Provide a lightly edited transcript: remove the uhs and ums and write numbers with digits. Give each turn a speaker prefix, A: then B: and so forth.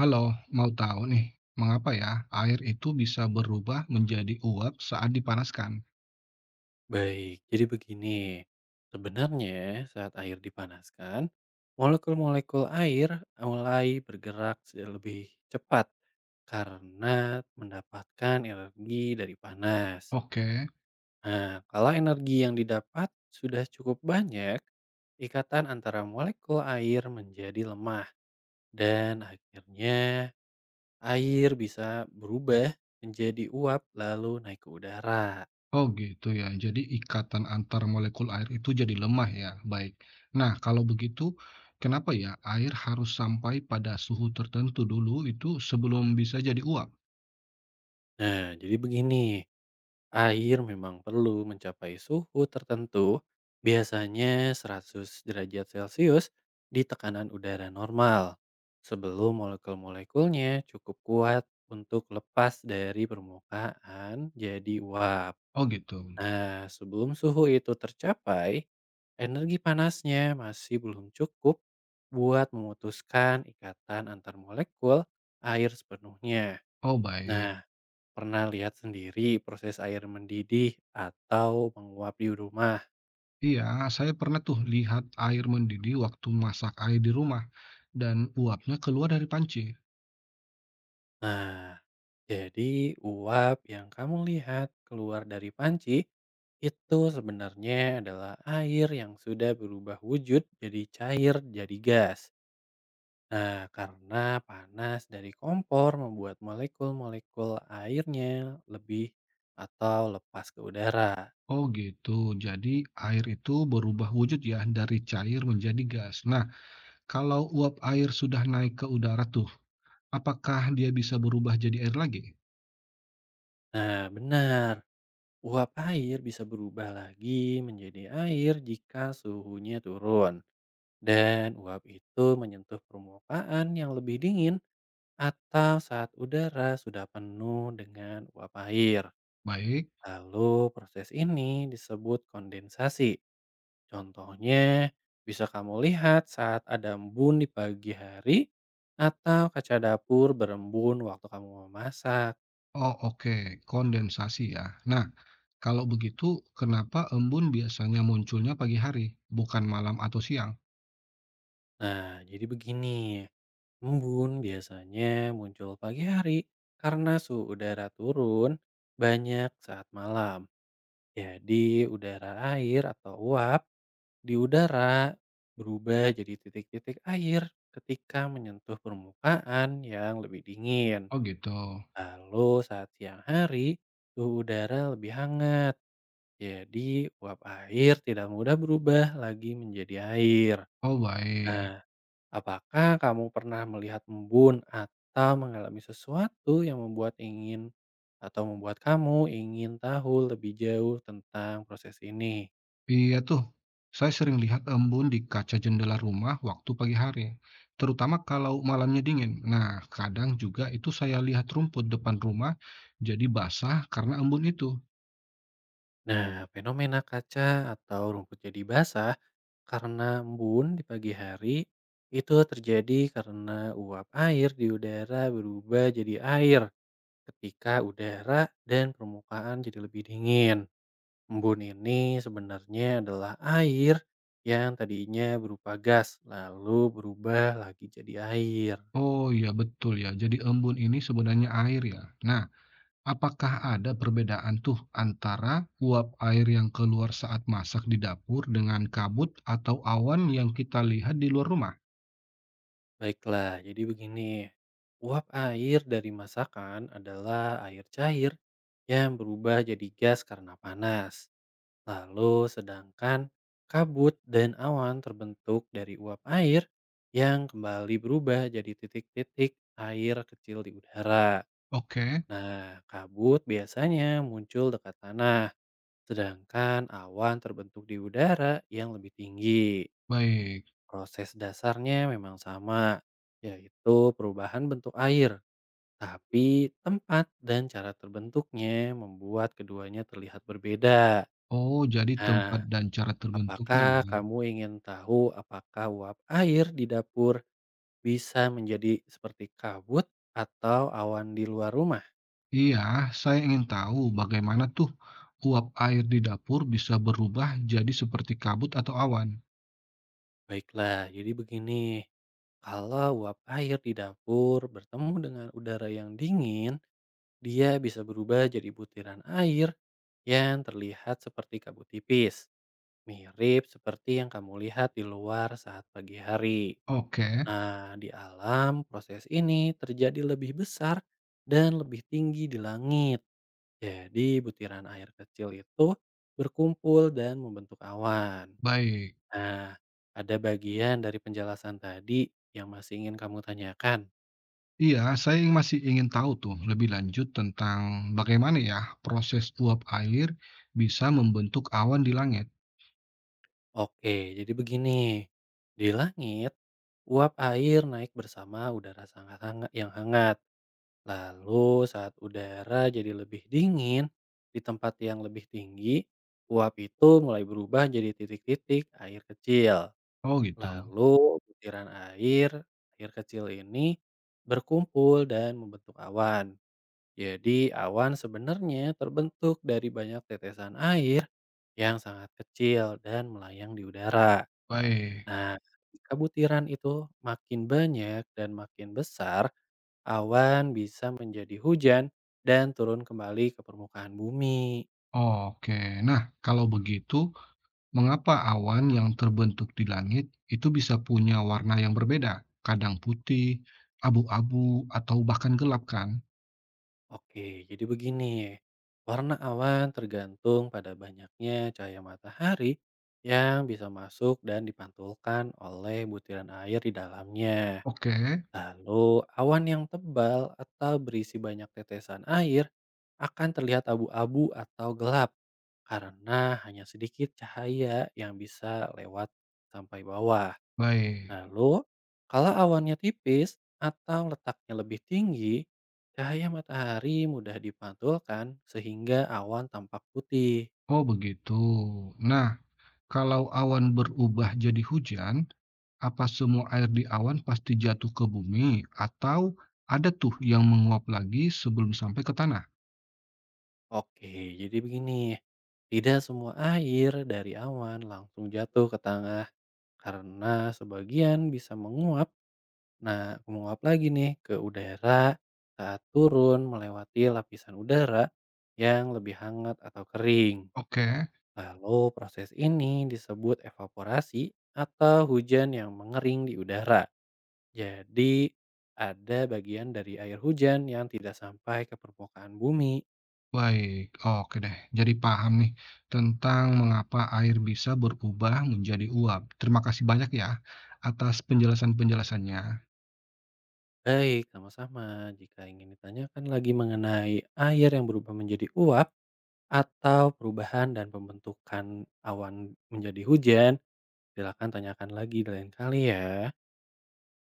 A: Halo, mau tahu nih, mengapa ya air itu bisa berubah menjadi uap saat dipanaskan?
B: Baik, jadi begini. Sebenarnya saat air dipanaskan, molekul-molekul air mulai bergerak lebih cepat karena mendapatkan energi dari panas.
A: Oke.
B: Nah, kalau energi yang didapat sudah cukup banyak, ikatan antara molekul air menjadi lemah dan akhirnya air bisa berubah menjadi uap lalu naik ke udara.
A: Oh gitu ya, jadi ikatan antar molekul air itu jadi lemah ya. Baik. Nah, kalau begitu, kenapa ya air harus sampai pada suhu tertentu dulu itu sebelum bisa jadi uap?
B: Nah, jadi begini. Air memang perlu mencapai suhu tertentu, biasanya 100 derajat Celcius di tekanan udara normal, sebelum molekul-molekulnya cukup kuat untuk lepas dari permukaan jadi uap.
A: Oh gitu.
B: Nah, sebelum suhu itu tercapai, energi panasnya masih belum cukup buat memutuskan ikatan antar molekul air sepenuhnya.
A: Oh baik.
B: Nah, pernah lihat sendiri proses air mendidih atau menguap di rumah.
A: Iya, saya pernah tuh lihat air mendidih waktu masak air di rumah dan uapnya keluar dari panci.
B: Nah, jadi uap yang kamu lihat keluar dari panci itu sebenarnya adalah air yang sudah berubah wujud jadi cair, jadi gas. Nah, karena panas dari kompor membuat molekul-molekul airnya lebih atau lepas ke udara.
A: Oh gitu, jadi air itu berubah wujud ya dari cair menjadi gas. Nah, kalau uap air sudah naik ke udara tuh, apakah dia bisa berubah jadi air lagi?
B: Nah, benar. Uap air bisa berubah lagi menjadi air jika suhunya turun, dan uap itu menyentuh permukaan yang lebih dingin atau saat udara sudah penuh dengan uap air.
A: Baik.
B: Lalu proses ini disebut kondensasi. Contohnya bisa kamu lihat saat ada embun di pagi hari atau kaca dapur berembun waktu kamu memasak.
A: Oh oke, kondensasi ya. Nah, kalau begitu kenapa embun biasanya munculnya pagi hari, bukan malam atau siang?
B: Nah, jadi begini. Embun biasanya muncul pagi hari karena suhu udara turun banyak saat malam. Jadi udara air atau uap di udara berubah jadi titik-titik air ketika menyentuh permukaan yang lebih dingin.
A: Oh gitu.
B: Lalu saat siang hari suhu udara lebih hangat. Jadi uap air tidak mudah berubah lagi menjadi air.
A: Oh baik.
B: Nah, apakah kamu pernah melihat embun atau mengalami sesuatu yang membuat ingin atau membuat kamu ingin tahu lebih jauh tentang proses ini?
A: Iya tuh, saya sering lihat embun di kaca jendela rumah waktu pagi hari, terutama kalau malamnya dingin. Nah, kadang juga itu saya lihat rumput depan rumah jadi basah karena embun itu.
B: Nah, fenomena kaca atau rumput jadi basah karena embun di pagi hari itu terjadi karena uap air di udara berubah jadi air ketika udara dan permukaan jadi lebih dingin. Embun ini sebenarnya adalah air yang tadinya berupa gas, lalu berubah lagi jadi air.
A: Oh iya betul ya, jadi embun ini sebenarnya air ya. Nah, apakah ada perbedaan tuh antara uap air yang keluar saat masak di dapur dengan kabut atau awan yang kita lihat di luar rumah?
B: Baiklah, jadi begini. Uap air dari masakan adalah air cair yang berubah jadi gas karena panas. Lalu sedangkan kabut dan awan terbentuk dari uap air yang kembali berubah jadi titik-titik air kecil di udara.
A: Oke.
B: Nah, kabut biasanya muncul dekat tanah. Sedangkan awan terbentuk di udara yang lebih tinggi.
A: Baik.
B: Proses dasarnya memang sama, yaitu perubahan bentuk air. Tapi tempat dan cara terbentuknya membuat keduanya terlihat berbeda.
A: Oh, jadi tempat
B: Nah,
A: dan cara terbentuknya
B: apakah
A: ya.
B: kamu ingin tahu apakah uap air di dapur bisa menjadi seperti kabut atau awan di luar rumah?
A: Iya, saya ingin tahu bagaimana tuh uap air di dapur bisa berubah jadi seperti kabut atau awan.
B: Baiklah, jadi begini. Kalau uap air di dapur bertemu dengan udara yang dingin, dia bisa berubah jadi butiran air yang terlihat seperti kabut tipis, mirip seperti yang kamu lihat di luar saat pagi hari.
A: Oke.
B: Nah, di alam proses ini terjadi lebih besar dan lebih tinggi di langit. Jadi butiran air kecil itu berkumpul dan membentuk awan.
A: Baik.
B: Nah, ada bagian dari penjelasan tadi yang masih ingin kamu tanyakan.
A: Iya, masih ingin tahu tuh lebih lanjut tentang bagaimana ya proses uap air bisa membentuk awan di langit.
B: Oke, jadi begini. Di langit, uap air naik bersama udara sangat hangat yang hangat. Lalu saat udara jadi lebih dingin, di tempat yang lebih tinggi, uap itu mulai berubah jadi titik-titik air kecil.
A: Oh gitu.
B: Lalu butiran air, air kecil ini berkumpul dan membentuk awan. Jadi awan sebenarnya terbentuk dari banyak tetesan air yang sangat kecil dan melayang di udara.
A: Baik.
B: Nah, jika butiran itu makin banyak dan makin besar, awan bisa menjadi hujan dan turun kembali ke permukaan bumi.
A: Oke. Nah, kalau begitu, mengapa awan yang terbentuk di langit itu bisa punya warna yang berbeda? Kadang putih, abu-abu, atau bahkan gelap kan?
B: Oke, jadi begini. Warna awan tergantung pada banyaknya cahaya matahari yang bisa masuk dan dipantulkan oleh butiran air di dalamnya.
A: Oke.
B: Lalu, awan yang tebal atau berisi banyak tetesan air akan terlihat abu-abu atau gelap karena hanya sedikit cahaya yang bisa lewat sampai bawah.
A: Baik.
B: Lalu, kalau awannya tipis atau letaknya lebih tinggi, cahaya matahari mudah dipantulkan sehingga awan tampak putih.
A: Oh, begitu. Nah, kalau awan berubah jadi hujan, apa semua air di awan pasti jatuh ke bumi atau ada tuh yang menguap lagi sebelum sampai ke tanah?
B: Oke, jadi begini. Tidak semua air dari awan langsung jatuh ke tangan, karena sebagian bisa menguap, nah menguap lagi nih ke udara saat turun melewati lapisan udara yang lebih hangat atau kering.
A: Oke.
B: Lalu proses ini disebut evaporasi atau hujan yang mengering di udara. Jadi ada bagian dari air hujan yang tidak sampai ke permukaan bumi.
A: Baik. Oke deh, jadi paham nih tentang mengapa air bisa berubah menjadi uap. Terima kasih banyak ya atas penjelasan-penjelasannya.
B: Baik, sama-sama. Jika ingin ditanyakan lagi mengenai air yang berubah menjadi uap, atau perubahan dan pembentukan awan menjadi hujan? Silakan tanyakan lagi di lain kali ya.